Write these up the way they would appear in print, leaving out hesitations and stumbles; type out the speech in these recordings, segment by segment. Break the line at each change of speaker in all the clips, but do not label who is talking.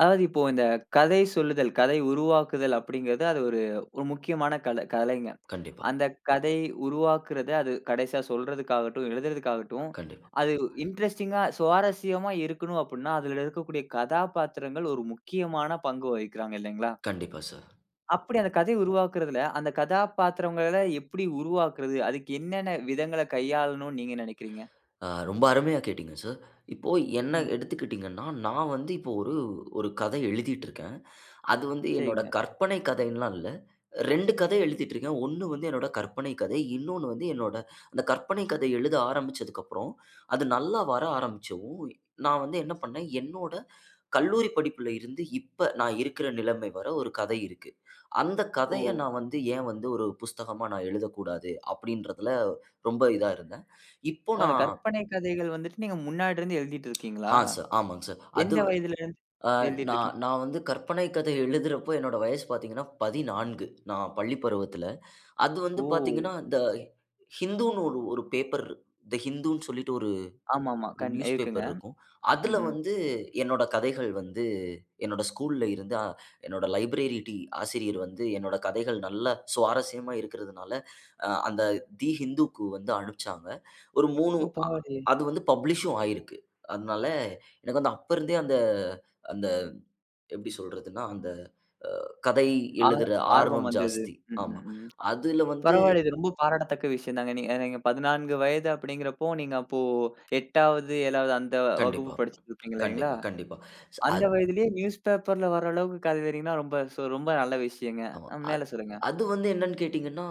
அதாவது இப்போ இந்த கதை சொல்லுதல், கதை உருவாக்குதல் அப்படிங்கிறது அது ஒரு ஒரு முக்கியமான கலைங்க.
கண்டிப்பா,
அந்த கதை உருவாக்குறது அது கடைசியா சொல்றதுக்காகட்டும், எழுதுறதுக்காகட்டும்,
கண்டிப்பா,
அது இன்ட்ரஸ்டிங்கா சுவாரஸ்யமா இருக்கணும் அப்படின்னா, அதில இருக்கக்கூடிய கதாபாத்திரங்கள் ஒரு முக்கியமான பங்கு வகிக்கிறாங்க இல்லைங்களா?
கண்டிப்பா சார்.
அப்படி அந்த கதை உருவாக்குறதுல, அந்த கதாபாத்திரங்கள எப்படி உருவாக்குறது? அதுக்கு என்னென்ன விதங்கள கையாளணும்னு நீங்க நினைக்கிறீங்க?
ரொம்ப அருமையா கேட்டீங்க சார். இப்போ என்ன
ம்.
எடுத்துக்கிட்டீங்கன்னா, நான் வந்து இப்போ ஒரு ஒரு கதை எழுதிட்டு இருக்கேன். அது வந்து என்னோட
சரிங்க.
கற்பனை கதைன்லாம் இல்ல. 2 கதை எழுதிட்டுருக்கேன். 1 வந்து என்னோட கற்பனை கதை. இன்னொன்னு வந்து என்னோட அந்த கற்பனை கதை எழுத ஆரம்பிச்சதுக்கப்புறம், அது நல்லா வர ஆரம்பிச்சவும், நான் வந்து என்ன பண்ணேன், என்னோட கல்லூரி படிப்புல இருந்து இப்ப நான் இருக்கிற நிலைமை வர ஒரு கதை இருக்கு. அந்த
ஓ!
கதைய நான் வந்து ஏன் வந்து ஒரு புஸ்தகமா நான் எழுதக்கூடாது? அப்படின்றதுல ரொம்ப இதா இருந்தேன். இப்போ
ஓ அந்த
நான்
கற்பனை கதைகள் வந்துட்டு நீங்க முன்னாடிருந்து எழுதிட்டு இருக்கீங்களா?
ஆ சார். ஆமாங்க சார். அது
எந்த வயதிலிருந்து
அ நான்
எழுதிட்டுருக்கீங்க?
நான் வந்து கற்பனை கதை எழுதுறப்போ என்னோட வயசு பார்த்தீங்கன்னா 14. நான் பள்ளி பருவத்தில. அது வந்து
ஓ!
பார்த்தீங்கன்னா, இந்த ஹிந்துன்னு ஒரு ஒரு பேப்பர் தி ஹிந்துன்னு சொல்லிட்டு ஒரு
ஆமாமா.
ஒரு
கண்
நியூஸ்
இருக்குங்க.
பேப்பர் இருக்கும். அதில
ம். ம்.
வந்து என்னோட கதைகள் வந்து என்னோட ஸ்கூல்ல இருந்து என்னோட லைப்ரரி டி ஆசிரியர் வந்து என்னோட கதைகள் நல்ல சுவாரஸ்யமா இருக்கிறதுனால, அந்த தி ஹிந்துக்கு வந்து அனுப்பிச்சாங்க. ஒரு 3
ஓ!
அ
பரவாயில்லையே.
அது வந்து பப்ளிஷும் ஆயிருக்கு. அதனால எனக்கு வந்து அப்ப இருந்தே அந்த அந்த எப்படி சொல்றதுன்னா, அந்த கதை
ஆ
எழுதுற
ஆர்வம்
ஆர்வம்
வந்தது.
ஜாஸ்தி.
ம்,
ஆமா.
ம், ம்.
அதுல வந்து
பரவாயில்ல. இது ரொம்ப பாராட்டத்தக்க விஷயம் தாங்க. நீங்க நீங்க 14 வயது அப்படிங்கிறப்போ, நீங்க அப்போ 8வது, 7வது அந்த வகுப்பு
கண்டிப்பா,
படிச்சுட்டு இருப்பீங்க இல்லைங்களா?
கண்டிப்பா, கண்டிப்பா.
அந்த
அது
வயதிலேயே நியூஸ் பேப்பர்ல வர அளவுக்கு கதை வர்றீங்கன்னா, ரொம்ப சோ ரொம்ப நல்ல விஷயங்க.
ஆமா.
மேல சொல்லுங்க.
அது வந்து என்னன்னு கேட்டீங்கன்னா,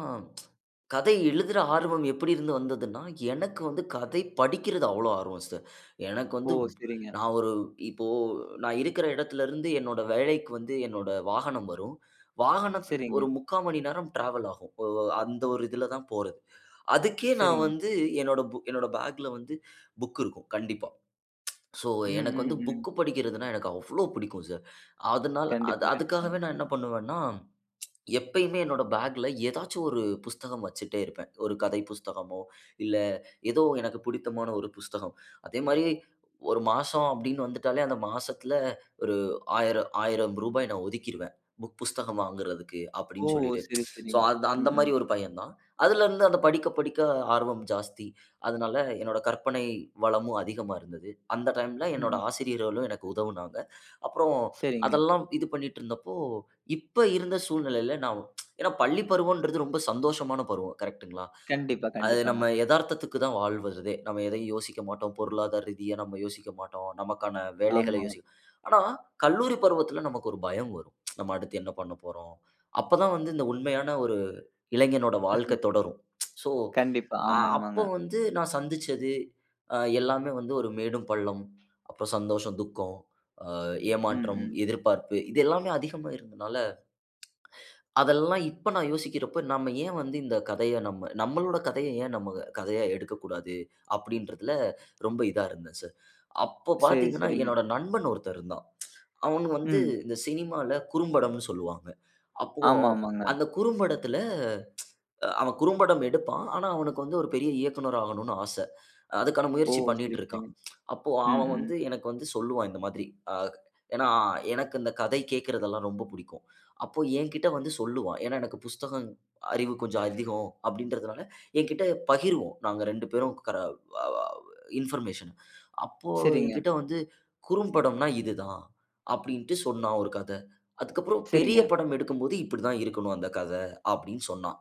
கதை எழுதுற ஆர்வம் எப்படி இருந்து வந்ததுன்னா, எனக்கு வந்து கதை படிக்கிறது அவ்வளோ ஆர்வம் சிஸ்டர். எனக்கு
ஓ!
வந்து
சரிங்க,
நான் ஒரு இப்போ நான் இருக்கிற இடத்துலருந்து என்னோட வேலைக்கு வந்து என்னோட வாகனம் வரும். வாகனத்தில
சரிங்க,
ஒரு 3/4 மணி நேரம் டிராவல் ஆகும். அந்த ஒரு இதுல தான் போறது. அதுக்கே நான்
சரிங்க.
வந்து என்னோட பேக்ல வந்து புக் இருக்கும் கண்டிப்பா. ஸோ,
ம்,
எனக்கு
ம்,
வந்து
ம்.
புக் படிக்கிறதுனா எனக்கு அவ்ளோ பிடிக்கும் சார். அதனால அது
கண்டிப்பா, கண்டிப்பாங்க.
அதுக்காகவே நான் என்ன பண்ணுவேன்னா எப்பயுமே என்னோட பேக்ல ஏதாச்சும் ஒரு புஸ்தகம் வச்சுட்டே இருப்பேன். ஒரு கதை புஸ்தகமோ, இல்ல ஏதோ எனக்கு பிடித்தமான ஒரு புஸ்தகம். அதே மாரி ஒரு மாசம் அப்டின்னு வந்துட்டாலே, அந்த மாசத்துல ஒரு ரூ. 1000, 1000 நான் ஒதுக்கிருவேன். புஸ்தகம் வாங்குறதுக்கு
ஓ!
அப்டின்னு சொல்லிட்டு.
சரி,
ஸோ
சரிங்க.
அந்த அந்த
ம்,
மாரி
ம்,
ஒரு பையன் தான். அதுலருந்து அந்த படிக்க படிக்க ஆர்வம் ஜாஸ்தி. அதனால என்னோட கற்பனை வளமும் அதிகமா இருந்தது. அந்த டைம்ல என்னோட
ம்.
ஆசிரியர்களும் எனக்கு உதவுனாங்க. அப்புறம்
சரிங்க.
அதெல்லாம் இது பண்ணிட்டு இருந்தப்போ, இப்ப இருந்த சூழ்நிலையில நான் ஏன்னா பள்ளி பருவம்ன்றது ரொம்ப சந்தோஷமான பருவம். கரெக்ட்டுங்களா?
கண்டிப்பா,
அது
கண்டிப்பாங்க.
நம்ம எதார்த்தத்துக்கு தான் வாழ்வதே. நம்ம எதையும் யோசிக்க மாட்டோம். பொருளாதார ரீதியா நம்ம யோசிக்க மாட்டோம். நமக்கான வேலைகளை
ஆமா.
யோசிக்க ஆனா, கல்லூரி பருவத்துல நமக்கு ஒரு பயம் வரும். நம்ம அடுத்து என்ன பண்ண போறோம்? அப்பதான் வந்து இந்த உண்மையான ஒரு இளைஞனோட வாழ்க்கை தொடரும். ஸோ,
கண்டிப்பா.
அப்போ
ஆமாமாங்க.
வந்து நான் சந்திச்சது எல்லாமே வந்து ஒரு மேடும் பள்ளம், அப்புறம் சந்தோஷம், துக்கம், அ
ம்,
ஏமாற்றம்,
ம்.
எதிர்பார்ப்பு இது எல்லாமே அதிகமா இருந்தனால அதெல்லாம் இப்ப நான் யோசிக்கிறப்போ, நம்ம ஏன் வந்து இந்த கதைய நம்ம நம்மளோட கதைய ஏன் நம்ம கதையா எடுக்கக்கூடாது? அப்படின்றதுல ரொம்ப இதா இருந்தேன் சார். அப்போ
சரி,
பார்த்தீங்கன்னா,
சரிங்க.
என்னோட நண்பன் ஒருத்தன் இருந்தான். அவன் வந்து
ம்.
இந்த சினிமால குறும்படம்னு சொல்லுவாங்க. அப்போ
ஆமாமாங்க.
அந்த குறும்படத்துல அவன் குறும்படம் எடுப்பான். ஆனா, அவனுக்கு வந்து ஒரு பெரிய இயக்குனர் ஆகணும்னு ஆசை. அதுக்கான
ஓ!
முயற்சி பண்ணிட்டு
சரி,
இருக்கான்.
சரிங்க.
அப்போ
ம்,
அவன்
ம்.
வந்து எனக்கு வந்து சொல்லுவான் இந்த மாதிரி. அ ஏன்னா, எனக்கு இந்த கதை கேட்கறதெல்லாம் ரொம்ப புடிக்கும். அப்போ என்கிட்ட வந்து சொல்லுவான். ஏன்னா, எனக்கு புஸ்தகம் அறிவு கொஞ்சம் அதிகம் அப்படின்றதுனால, என்கிட்ட பகிர்வோம். நாங்க 2 பேரும் கர அ இன்ஃபர்மேஷன. அப்போ
சரிங்க,
என்கிட்ட வந்து குறும்படம்னா இதுதான் அப்படின்ட்டு சொன்னான் ஒரு கதை. அதுக்கப்புறம் பெரிய
சரிங்க.
படம் எடுக்கும்போது இப்படிதான் இருக்கணும் அந்த கதை அப்படின்னு சொன்னான்.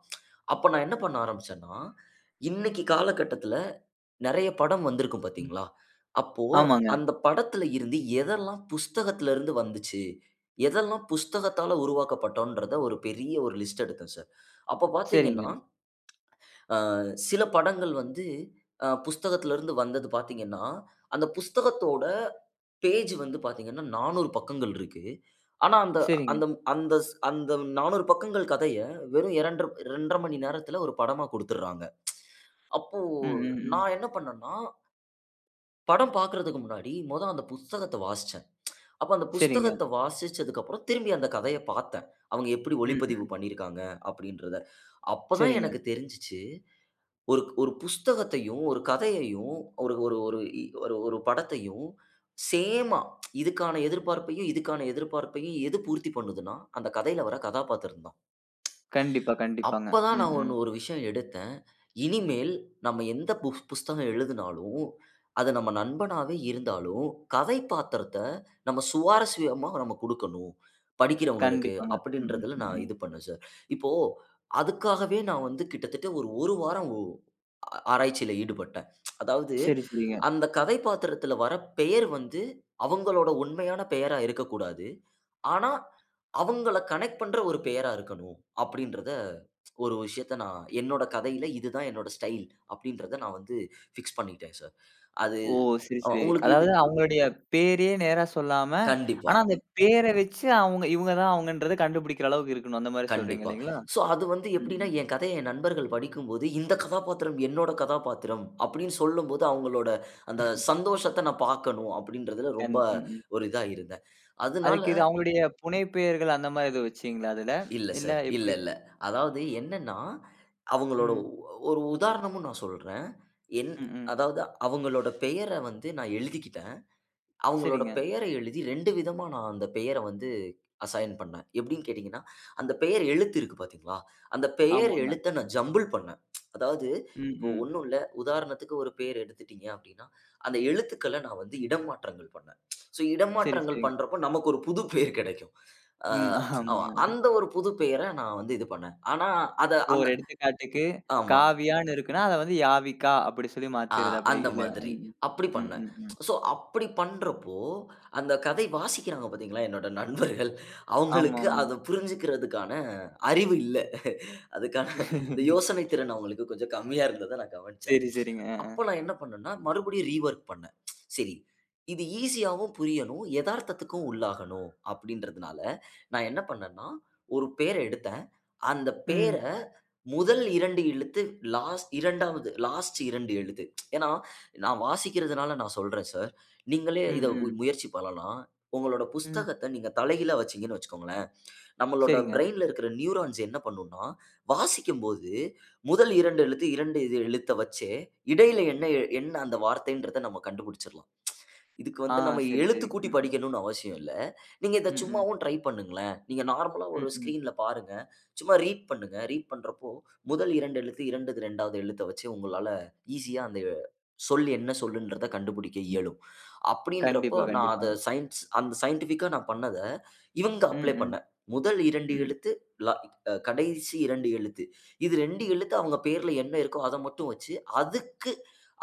அப்ப நான் என்ன பண்ண ஆரம்பிச்சேன்னா, இன்னைக்கு காலகட்டத்துல நெறைய படம் வந்திருக்கும்
ம்.
பார்த்தீங்களா? அப்போ
ஆமாங்க.
அந்த படத்துல இருந்து எதெல்லாம் புஸ்தகத்துல இருந்து வந்துச்சு? எதெல்லாம் புஸ்தகத்தால உருவாக்கப்பட்டோன்றத ஒரு பெரிய ஒரு லிஸ்ட் எடுத்தேன் சார். அப்ப
சரிங்க,
பார்த்தீங்கன்னா, சில படங்கள் வந்து புஸ்தகத்துல இருந்து வந்தது பார்த்தீங்கன்னா, அந்த புஸ்தகத்தோட பேஜ் வந்து பார்த்தீங்கன்னா, 400 பக்கங்கள் இருக்கு. ஆனா அந்த
சரிங்க.
அந்த அந்த அந்த 400 பக்கங்கள் கதைய வெறும் 2 1/2 மணி நேரத்துல ஒரு படமா குடுத்துடுறாங்க. அப்போ
ம், ம், ம்.
நான் என்ன பண்ணேன்னா, படம் பார்க்கறதுக்கு முன்னாடி மொத அந்த புஸ்தகத்த வாசிச்சேன். அப்ப அந்த
சரிங்க.
புஸ்தகத்த வாசிச்சதுக்கப்புறம் திரும்பி அந்த கதைய பார்த்தேன். அவங்க எப்படி
ம்,
ஒளிப்பதிவு
ம்.
பண்ணியிருக்காங்க அப்படின்றத. அப்பதான்
சரிங்க.
எனக்கு தெரிஞ்சுச்சு, ஒரு ஒரு புஸ்தகத்தையும், ஒரு கதையையும், ஒரு ஒரு ஒரு இ ஒரு ஒரு படத்தையும் சேமா இதுக்கான எதிர்பார்ப்பையும், இதுக்கான எதிர்பார்ப்பையும் எது பூர்த்தி பண்ணுதுன்னா, அந்த கதையில வர கதாபாத்திரம் தான்.
கண்டிப்பா, கண்டிப்பாங்க.
அப்ப தான்
ம்,
நான்
ம்.
ஒரு விஷயம் எடுத்தேன். இனிமேல் நம்ம எந்த புஸ்தகம் எழுதினாலும், அது நம்ம நண்பனாவே இருந்தாலும், கதைப்பாத்திரத்த நம்ம சுவாரஸ்யமா நம்ம குடுக்கணும், படிக்கிறவங்களுக்கு
கண்டிப்பாங்க. ம், ம்,
அப்படின்றதுல
ம்,
நான்
ம்.
இது பண்ணேன் சார். இப்போ அதுக்காகவே நான் வந்து கிட்டத்தட்ட ஒரு 1 வாரம் ஒ ஆ ஆராய்ச்சியில ஈடுபட்டேன். அதாவது
சரி, சரிங்க.
அந்த கதைப்பாத்திரத்துல வர பெயர் வந்து அவங்களோட உண்மையான பெயரா இருக்கக்கூடாது. ஆனா, அவங்கள கனெக்ட் பண்ற ஒரு பெயரா இருக்கணும் அப்படின்றத ஒரு விஷயத்த நான் என்னோட கதையில இதுதான் என்னோட ஸ்டைல் அப்படின்றத நான் வந்து ஃபிக்ஸ் பண்ணிட்டேன் சார். அது
ஓ! சரி, சரி.
உங்களுக்கு இது
அதாவது அவங்களுடைய பேரையே நேரா சொல்லாம,
கண்டிப்பா,
ஆனா அந்த பேர வச்சு அவங்க இவங்க தான் அவங்கன்றத கண்டுபிடிக்கிற அளவுக்கு இருக்கணும். அந்த மாரி சொல்றீங்க
கண்டிப்பா.
இல்லைங்களா?
ஸோ அது வந்து
ம்,
எப்படின்னா,
ம்.
என் கதைய என் நண்பர்கள் படிக்கும்போது, இந்த கதாபாத்திரம் என்னோட கதாபாத்திரம் அப்படின்னு சொல்லும்போது, அவங்களோட அந்த சந்தோஷத்த நான் பார்க்கணும் அப்படின்றதுல
கண்
ரொம்ப
ம், ம்.
ஒரு இதா இருந்தேன். அதனால
அதுக்கு இது அவங்களுடைய புனைப்பெயர்கள் அந்த மாரி எதுவும் வச்சீங்களா அதுல?
இல்ல
இல்ல
சார். இல்ல,
எப்படி?
இல்ல. அதாவது என்னன்னா, அவங்களோட
ம்.
ஒரு உதாரணமும் நான் சொல்றேன். என்
ம். ம்.
அதாவது அவங்களோட பெயர வந்து நான் எழுதிக்கிட்டேன். அவங்களோட
சரிங்க.
பெயர எழுதி 2 விதமா நான் அந்த பெயர வந்து அசைன் பண்ணேன். எப்படின்னு கேட்டீங்கன்னா, அந்த பெயர் எழுத்து இருக்கு பார்த்தீங்களா? அந்த பெயர்
ஆமாங்க.
எழுத்த நான் ஜம்பிள் பண்ணேன். அதாவது
ம்.
இப்போ
ம்.
ஒண்ணும் இல்ல. உதாரணத்துக்கு ஒரு பேர் எடுத்துட்டீங்க அப்படின்னா, அந்த எழுத்துக்கள நான் வந்து இடமாற்றங்கள் பண்ணேன். ஸோ
சரி,
இடமாற்றங்கள்
சரிங்க.
பண்றப்போ நமக்கு ஒரு புது பேர் கிடைக்கும். அ
ம்.
ஆமா.
ஆமாங்க.
அந்த ஒரு புது பெயர நான் வந்து இது பண்ணேன். ஆனா அத
இப்போ
அந்த
ஒரு எடுத்துக்காட்டுக்கு
ஆமா.
காவியான்னு இருக்குன்னா, அத வந்து யாவிகா அப்படி சொல்லி
ஆ
மாத்திறது அப்படி
அந்த
இல்லையா?
மாதிரி.
ம்.
அப்படி
ம்.
பண்ணேன்.
ம். ம்.
ஸோ அப்படி பண்றப்போ, அந்த கதை வாசிக்கிறாங்க பார்த்தீங்களா, என்னோட நண்பர்கள். அவங்களுக்கு
ஆமாமா.
அத புரிஞ்சுக்கிறதுக்கான அறிவு இல்ல. அதுக்கான இந்த யோசனை திறன் அவங்களுக்கு கொஞ்சம் கம்மியா இருந்தத நான் கவனிச்சேன்.
சரி, சரிங்க. அ.
அப்ப நான் என்ன பண்ணேன்னா, மறுபடியும் ரீவொர்க் பண்ணேன். சரி, இது ஈஸியாவும் புரியணும், எதார்த்தத்துக்கும் உள்ளாகணும் அப்படின்றதுனால, நான் என்ன பண்ணேன்னா, ஒரு பேர எடுத்தேன். அந்த பேர
ம்.
முதல் 2 எழுத்து லாஸ்ட் 2 எழுத்து. ஏன்னா, நான் வாசிக்கிறதுனால நான் சொல்றேன் சார். நீங்களே
ம்.
இத
ம்.
முயற்சி பண்ணலாம். உங்களோட
ம்.
புஸ்தகத்த நீங்க தலைகீழா வச்சீங்கன்னு வச்சுக்கோங்களேன், நம்மளோட
சரிங்க.
பிரெயின்ல இருக்கிற நியூரான்ஸ் என்ன பண்ணும்னா, வாசிக்கும்போது முதல் 2 எழுத்து, 2 இது எழுத்த வச்சே, இடையில என்ன என்ன அந்த வார்த்தைன்றத நம்ம கண்டுபிடிச்சிடலாம். இதுக்கு
ஆ
வந்து நம்ம
சரி,
எழுத்து
சரி.
கூட்டி
ம்.
படிக்கணும்னு அவசியம் இல்ல. நீங்க இத
ம். ம்.
சும்மாவும் ட்ரை பண்ணுங்களேன். நீங்க நார்மலா
ம்.
ஒரு
ம்.
ஸ்க்ரீன்ல பாருங்க. சும்மா ரீட் பண்ணுங்க. ரீட் பண்றப்போ முதல் 2 எழுத்து, 2வது எழுத்த வச்சு உங்களால ஈஸியா அந்த சொல் என்ன சொல்லுன்றத கண்டுபிடிக்க
ம்.
இயலும். அப்படின்றப்போ
கண்டிப்பா,
நான் அத
கண்டிப்பாங்க.
சயின்ஸ் அந்த சயின்டிஃபிக்கா நான் பண்ணத இவங்க
ம்.
அப்ளை
ம்.
பண்ணேன். முதல் 2
ம்.
எழுத்து ல அ கடைசி 2 எழுத்து. இது 2 எழுத்து அவங்க பேர்ல என்ன இருக்கோ அத மட்டும் வச்சு, அதுக்கு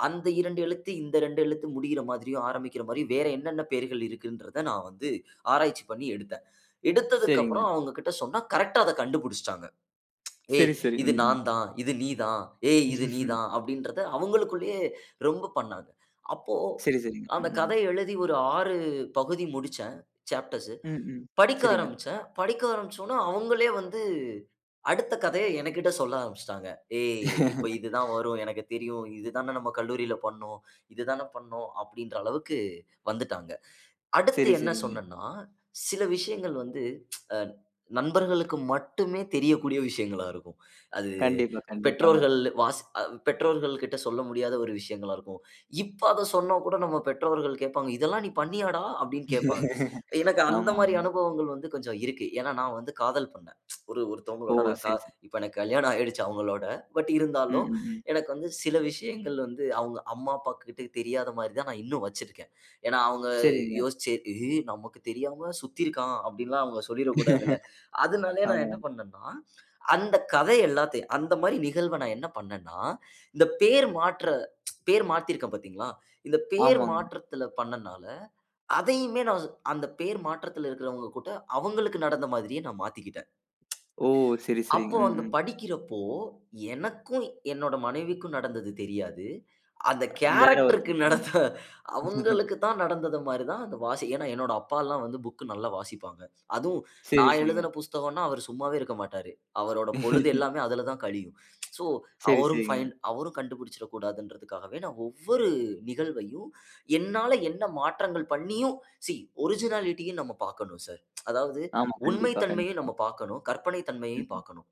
அந்த 2 எழுத்து, இந்த 2 எழுத்து முடியிற மாதிரியும், ஆரம்பிக்கிற மாரியும் வேற என்னென்ன பெயர்கள் இருக்குன்றத நான் வந்து ஆராய்ச்சி பண்ணி எடுத்தேன்.
சரிங்க.
எடுத்ததுக்கப்புறம் அவங்க கிட்ட சொன்னா கரெக்ட்டா அத கண்டுபிடிச்சுட்டாங்க. "ஏய்!
சரி, சரி.
இது
ம். ம்.
நான் தான். இது நீ தான். ஏய்! இது நீ தான்." அப்படின்றத அவங்களுக்குள்ளேயே ரொம்ப பண்ணாங்க. அப்போ
சரி, சரிங்க.
அந்த
ம்.
கதை எழுதி ஒரு 6 பகுதி முடிச்சேன். சாப்டர்ஸ்
ம், ம்.
படிக்க
சரிங்க.
ஆரம்பிச்சேன். படிக்க ஆரம்பிச்சோனே, அவங்களே வந்து அடுத்த கதைய எனக்கிட்ட சொல்ல ஆரம்பிச்சுட்டாங்க. "ஏய்! இப்ப இதுதான் வரும். எனக்கு தெரியும். இதுதானே நம்ம கல்லூரியில பண்ணோம். இதுதானே பண்ணோம்." அப்படீன்ற அளவுக்கு வந்துட்டாங்க. அடுத்து
சரி,
என்ன
சரிங்க.
சொன்னேன்னா, சில விஷயங்கள் வந்து அ நண்பர்களுக்கு மட்டுமே தெரியக்கூடிய விஷயங்களா இருக்கும். அது
கண்டிப்பா, கண்டிப்பாங்க.
பெற்றோர்கள் வாஸ் அ பெற்றோர்கள் கிட்ட சொல்ல முடியாத ஒரு விஷயங்களா இருக்கும். இப்ப அத சொன்னா கூட நம்ம பெற்றோர்கள் கேட்பாங்க, "இதெல்லாம் நீ பண்ணியாடா?" அப்படின்னு கேட்பாங்க. எனக்கு அந்த
ஆமாமா.
மாரி அனுபவங்கள் வந்து கொஞ்சம் இருக்கு. ஏன்னா நான் வந்து காதல் பண்ணேன். ஒரு
ஓ!
ஒருத்தவங்களோட நான்
சரி, சரி.
இப்ப எனக்கு கல்யாணம் ஆயிடுச்சு அவங்களோட. பட்
ம்,
இருந்தாலும்
ம், ம்.
எனக்கு வந்து சில விஷயங்கள் வந்து அவங்க அம்மா, அப்பா கிட்ட தெரியாத மாரி தான் நான் இன்னும் வச்சிருக்கேன். ஏன்னா அவங்க
சரிங்க.
யோசிச்சு, "இது நமக்கு தெரியாம சுத்தியிருக்கான்" அப்படின்லாம் அவங்க சொல்லிறக்கூடாதுல்ல. அதனாலயே நான்
ஆமா.
என்ன பண்ணேன்னா, அந்த கதை எல்லாத்தையும் அந்த மாரி நிகழ்வ நான் என்ன பண்ணேன்னா, இந்த பேர் மாத்தியிருக்கேன் பார்த்தீங்களா? இந்த பேர்
ஆமாங்க.
மாற்றத்தில பண்ணனால, அதையுமே நான் அந்த பேர் மாற்றத்தில இருக்கிறவங்க கூட அவங்களுக்கு நடந்த மாதிரியே நான் மாத்திக்கிட்டேன்.
ஓ! சரி, சரிங்க.
அப்போ
ம்,
அந்த
ம்.
படிக்கிறப்போ, எனக்கும் என்னோட மனைவிக்கும் நடந்தது தெரியாது. அந்த
வேற
கேரக்டருக்கு
ஒருத்தர் ம்.
நடந்த அவங்களுக்கு தான் நடந்தது மாரி தான் அந்த ஏன்னா என்னோட அப்பாலாம் வந்து புக் நல்லா வாசிப்பாங்க. அதுவும்
சரி,
நான்
சரிங்க.
எழுதின புஸ்தகம்னா அவர் சும்மாவே இருக்க மாட்டாரு. அவரோட பொழுது எல்லாமே அதுல தான் கழியும். ஸோ
சரி, சரிங்க.
அவரும் கண்டுபிடிச்சிடக்கூடாதுன்றதுக்காகவே நான் ஒவ்வொரு நிகழ்வையும் என்னால என்ன மாற்றங்கள் பண்ணியும், சி ஒரிஜினாலிட்டிய நம்ம பார்க்கணும் சார். அதாவது
ஆமா.
உண்மை
கண்டிப்பா,
தன்மையும்
கண்டிப்பா.
நம்ம பார்க்கணும். கற்பனை
ம்,
தன்மையையும்
ம்.
பார்க்கணும்.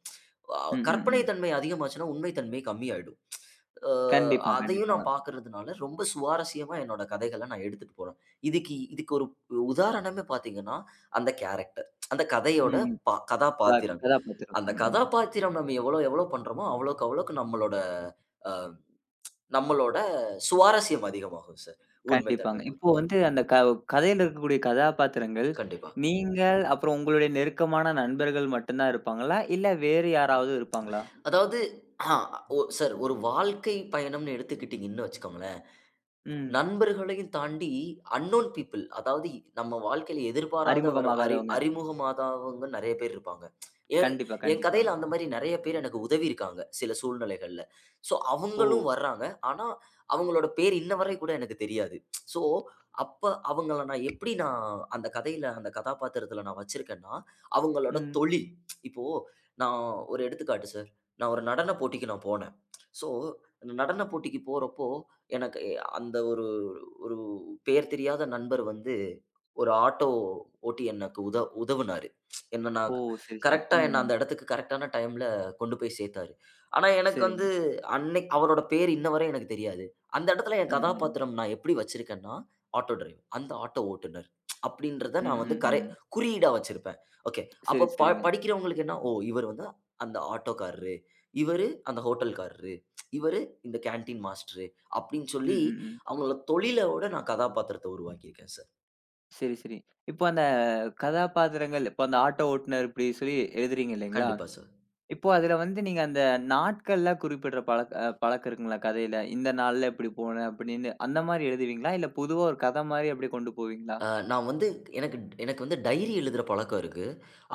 அ
ம், ம்,
கற்பனை
ம்.
தன்மை அதிகமாச்சுன்னா, உண்மை தன்மை கம்மியாயிடும். அ
கண்டிப்பா,
அதையும் நான்
கண்டிப்பாங்க.
பார்க்கறதுனால ரொம்ப சுவாரஸ்யமா என்னோட கதைகள நான் எடுத்துட்டு போறேன். இதுக்கு இதுக்கு ஒரு உதாரணமே பார்த்தீங்கன்னா, அந்த கேரக்டர். அந்த கதையோட
ம், ம். ப
கதாபாத்திரம்.
கதாபாத்திரம்.
அந்த
ம், ம்.
கதாபாத்திரம் நம்ம எவ்வளோ எவ்வளோ பண்றோமோ, அவ்வளோக்கு அவ்வளோக்கு அ நம்மளோட சுவாரஸ்யம் அதிகமாகும் சார். உண்மை
கண்டிப்பாங்க.
தன்மை மாறும்.
இப்போ வந்து அந்த கதையில இருக்கக்கூடிய கதாபாத்திரங்கள்,
கண்டிப்பா.
நீங்கள் அப்புறம் உங்களுடைய நெருக்கமான நண்பர்கள் மட்டும் தான் இருப்பாங்களா? இல்ல வேறு யாராவது இருப்பாங்களா?
அதாவது சார் ஒரு வாழ்க்கை பயணம்னு எடுத்துக்கிட்டீங்கன்னு வச்சுக்கோங்களேன்.
ம்.
நண்பர்களையும் தாண்டி அன்னோன் பீப்பிள் அதாவது நம்ம வாழ்க்கையில எதிர்பாராத வர
அறிமுகமாகாதவங்க.
அறிமுகமாதவங்க நிறைய பேர் இருப்பாங்க. என்
கண்டிப்பா,
என்
கண்டிப்பா.
கதையில அந்த மாரி நிறைய பேர் எனக்கு உதவியிருக்காங்க, சில சூழ்நிலைகள்ல. ஸோ
ஓ!
அவங்களும் வர்றாங்க. ஆனா, அவங்களோட பேர் இன்ன வரை கூட எனக்கு தெரியாது. ஸோ அப்ப அவங்கள நான் எப்படி நான் அந்த கதையில, அந்த கதாபாத்திரத்தில நான் வச்சிருக்கேன்னா, அவங்களோட
ம்.
தொழில். இப்போ நான் ஒரு எடுத்துக்காட்டு சார். நான் ஒரு நடன போட்டிக்கு நான் போனேன். ஸோ அந்த நடன போட்டிக்கு போறப்போ, எனக்கு அந்த ஒரு ஒரு பெயர் தெரியாத நண்பர் வந்து ஒரு ஆட்டோ ஓட்டி எனக்கு உதவுனாரு. என்ன நான்
ஓ! சரி, சரி.
கரெக்ட்டா
ம்,
என்ன
ம்.
அந்த இடத்துக்கு கரெக்ட்டான டைம்ல கொண்டு போய் சேர்த்தாரு. ஆனா எனக்கு வந்து
சரிங்க.
அன்னை அவரோட பேர் இன்ன வரை எனக்கு தெரியாது. அந்த இடத்துல என்
ம், ம், ம்.
கதாபாத்திரம் நான் எப்படி வச்சிருக்கேன்னா, ஆட்டோ டிரைவர். அந்த ஆட்டோ ஓட்டுனர். அப்படின்றத
ம்,
நான் வந்து
ம், ம்.
குறியீடா வச்சிருப்பேன். ஓகே.
சரி,
அப்ப
சரிங்க.
படிக்கிறவங்களுக்கு என்ன, ஓ! இவர் வந்து அந்த ஆட்டோக்காரரு. இவரு அந்த ஹோட்டல்காரரு. இவரு இந்த கேன்டீன் மாஸ்டரு அப்படின்னு
ம்,
சொல்லி
ம், ம்.
அவங்களோட தொழில விட நான் கதாபாத்திரத்த உருவாக்கியிருக்கேன் சார்.
சரி, சரி. இப்போ அந்த கதாபாத்திரங்கள், இப்போ அந்த ஆட்டோ ஓட்டுநர் இப்படி சொல்லி எழுதுறீங்க இல்லைங்களா?
கண்டிப்பா சார்.
இப்போ அதுல வந்து நீங்க அந்த நாட்கள்லாம் குறிப்பிடுற பழக்கம் இருக்குங்களா கதையில? இந்த நாள்ல இப்படி போனேன் அப்படின்னு, அந்த மாரி எழுதுவீங்களா? இல்ல பொதுவா ஒரு கதை மாரி அப்படியே கொண்டு போவீங்களா?
நான் வந்து எனக்கு எனக்கு வந்து டைரி எழுதுற பழக்கம் இருக்கு.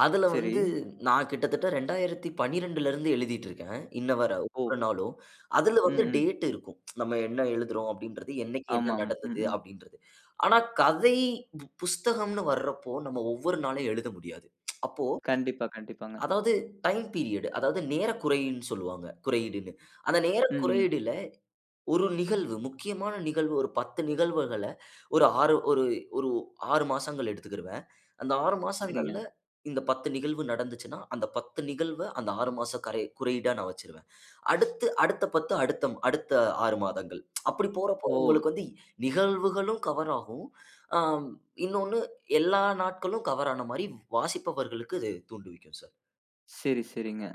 அதுல
சரி.
வந்து நான் கிட்டத்தட்ட 2012லருந்து எழுதிட்டுருக்கேன். இன்ன வர
ஓ!
ஒவ்வொரு நாளும். அதுல
ம்,
வந்து
ம்.
டேட் இருக்கும். நம்ம என்ன எழுதுறோம் அப்படின்றது, என்னைக்கு என்ன
ஆமாமா. ம்,
நடந்தது
ம்.
அப்படின்றது. ஆனா கதை புஸ்தகம்னு வர்றப்போ நம்ம ஒவ்வொரு நாளும் எழுத முடியாது. அப்போ
கண்டிப்பா, கண்டிப்பாங்க.
அதாவது டைம் பீரியட் அதாவது நேர குறைன்னு சொல்லுவாங்க. குறையீடுன்னு. அந்த நேர
ம், ம்.
குறையீடுல ஒரு நிகழ்வு, முக்கியமான நிகழ்வு ஒரு 10 நிகழ்வுகள ஒரு 6 ஒரு ஒரு 6 மாசங்கள் எடுத்துக்கிருவேன். அந்த 6
சரிங்க.
மாசங்கள்ல இந்த 10 நிகழ்வு நடந்துச்சுன்னா, அந்த 10 நிகழ்வ அந்த 6 மாச குறியீடா நான் வச்சுருவேன். அடுத்து அடுத்த 10 அடுத்த அடுத்த 6 மாதங்கள். அப்படி போறப்போ
ஓ!
உங்களுக்கு வந்து நிகழ்வுகளும் கவர் ஆகும். ஆம் இன்னொன்னு எல்லா நாட்களும் கவர் ஆன மாரி வாசிப்பவர்களுக்கு இது தூண்டுவிக்கும் சார்.
சரி, சரிங்க.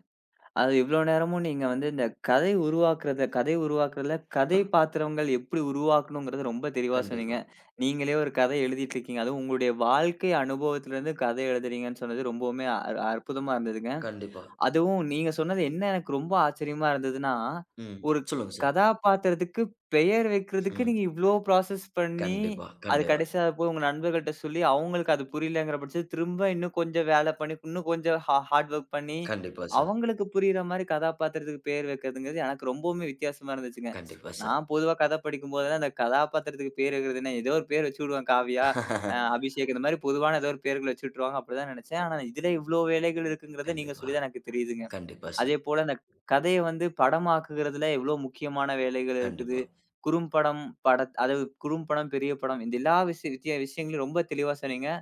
அது இவ்ளோ நேரமும் நீங்க வந்து இந்த கதை உருவாக்குறதுல கதை பாத்திரங்கள் எப்படி உருவாக்கணுங்கிறத ரொம்ப தெளிவா
கண்டிப்பா,
சொன்னீங்க. நீங்களே ஒரு கதை எழுதிட்டு இருக்கீங்க. அதுவும் உங்களுடைய வாழ்க்கை அனுபவத்திலிருந்து கதை எழுதுறீங்கன்னு சொன்னது ரொம்பவுமே அற்புதமா இருந்ததுங்க.
கண்டிப்பா.
அதுவும் நீங்க சொன்னது என்ன எனக்கு ரொம்ப ஆச்சரியமா இருந்ததுன்னா,
ம்.
ஒரு
சொல்லுங்க சார்.
கதாபாத்திரத்துக்கு பெயர் வைக்கிறதுக்கு நீங்க
ம்.
இவ்ளோ ப்ராசஸ் பண்ணி,
கண்டிப்பா,
அது
கண்டிப்பா,
கடைசியா போய் உங்க நண்பர்கள்ட்ட சொல்லி, அவங்களுக்கு அது புரியலங்கிற பட்சத்துல திரும்ப இன்னும் கொஞ்சம் வேலை பண்ணி, இன்னும் கொஞ்சம் ஹார்ட் ஒர்க் பண்ணி,
கண்டிப்பா சார்.
அவங்களுக்கு புரியிற மாரி கதாபாத்திரத்துக்கு பெயர் வைக்கிறதுங்கிறது எனக்கு ரொம்பவுமே வித்தியாசமா இருந்துச்சுங்க.
கண்டிப்பா சார்.
நான் பொதுவா கதை படிக்கும்போதெல்லாம், அந்த கதாபாத்திரத்துக்கு பேர் வைக்கிறதுன்னா, ஏதோ ஒரு பேர் வச்சு விடுவேன் காவியா. அபிஷேக் இந்த மாரி பொதுவான ஏதோ ஒரு பேர்கள் வச்சு விட்டுருவாங்க அப்படிதான் நெனச்சேன். ஆனா இதுல இவ்ளோ வேலைகள் இருக்குங்கிறத நீங்க
கண்டிப்பா,
சொல்லி தான் எனக்கு தெரியுதுங்க.
கண்டிப்பா சார்.
அதேபோல அந்த கதைய வந்து படமாக்குகிறதுல எவ்ளோ முக்கியமான வேலைகள் இருக்குது.
கண்டிப்பா.
குறும்படம், அதாவது குறும்படம், பெரிய படம் இந்த எல்லா விஷயங்களையும் ரொம்ப தெளிவா சொன்னீங்க.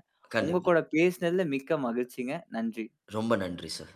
உங்க
கண்டிப்பா.
கூட பேசினதுல மிக்க மகிழ்ச்சிங்க. நன்றி.
ரொம்ப நன்றி சார்.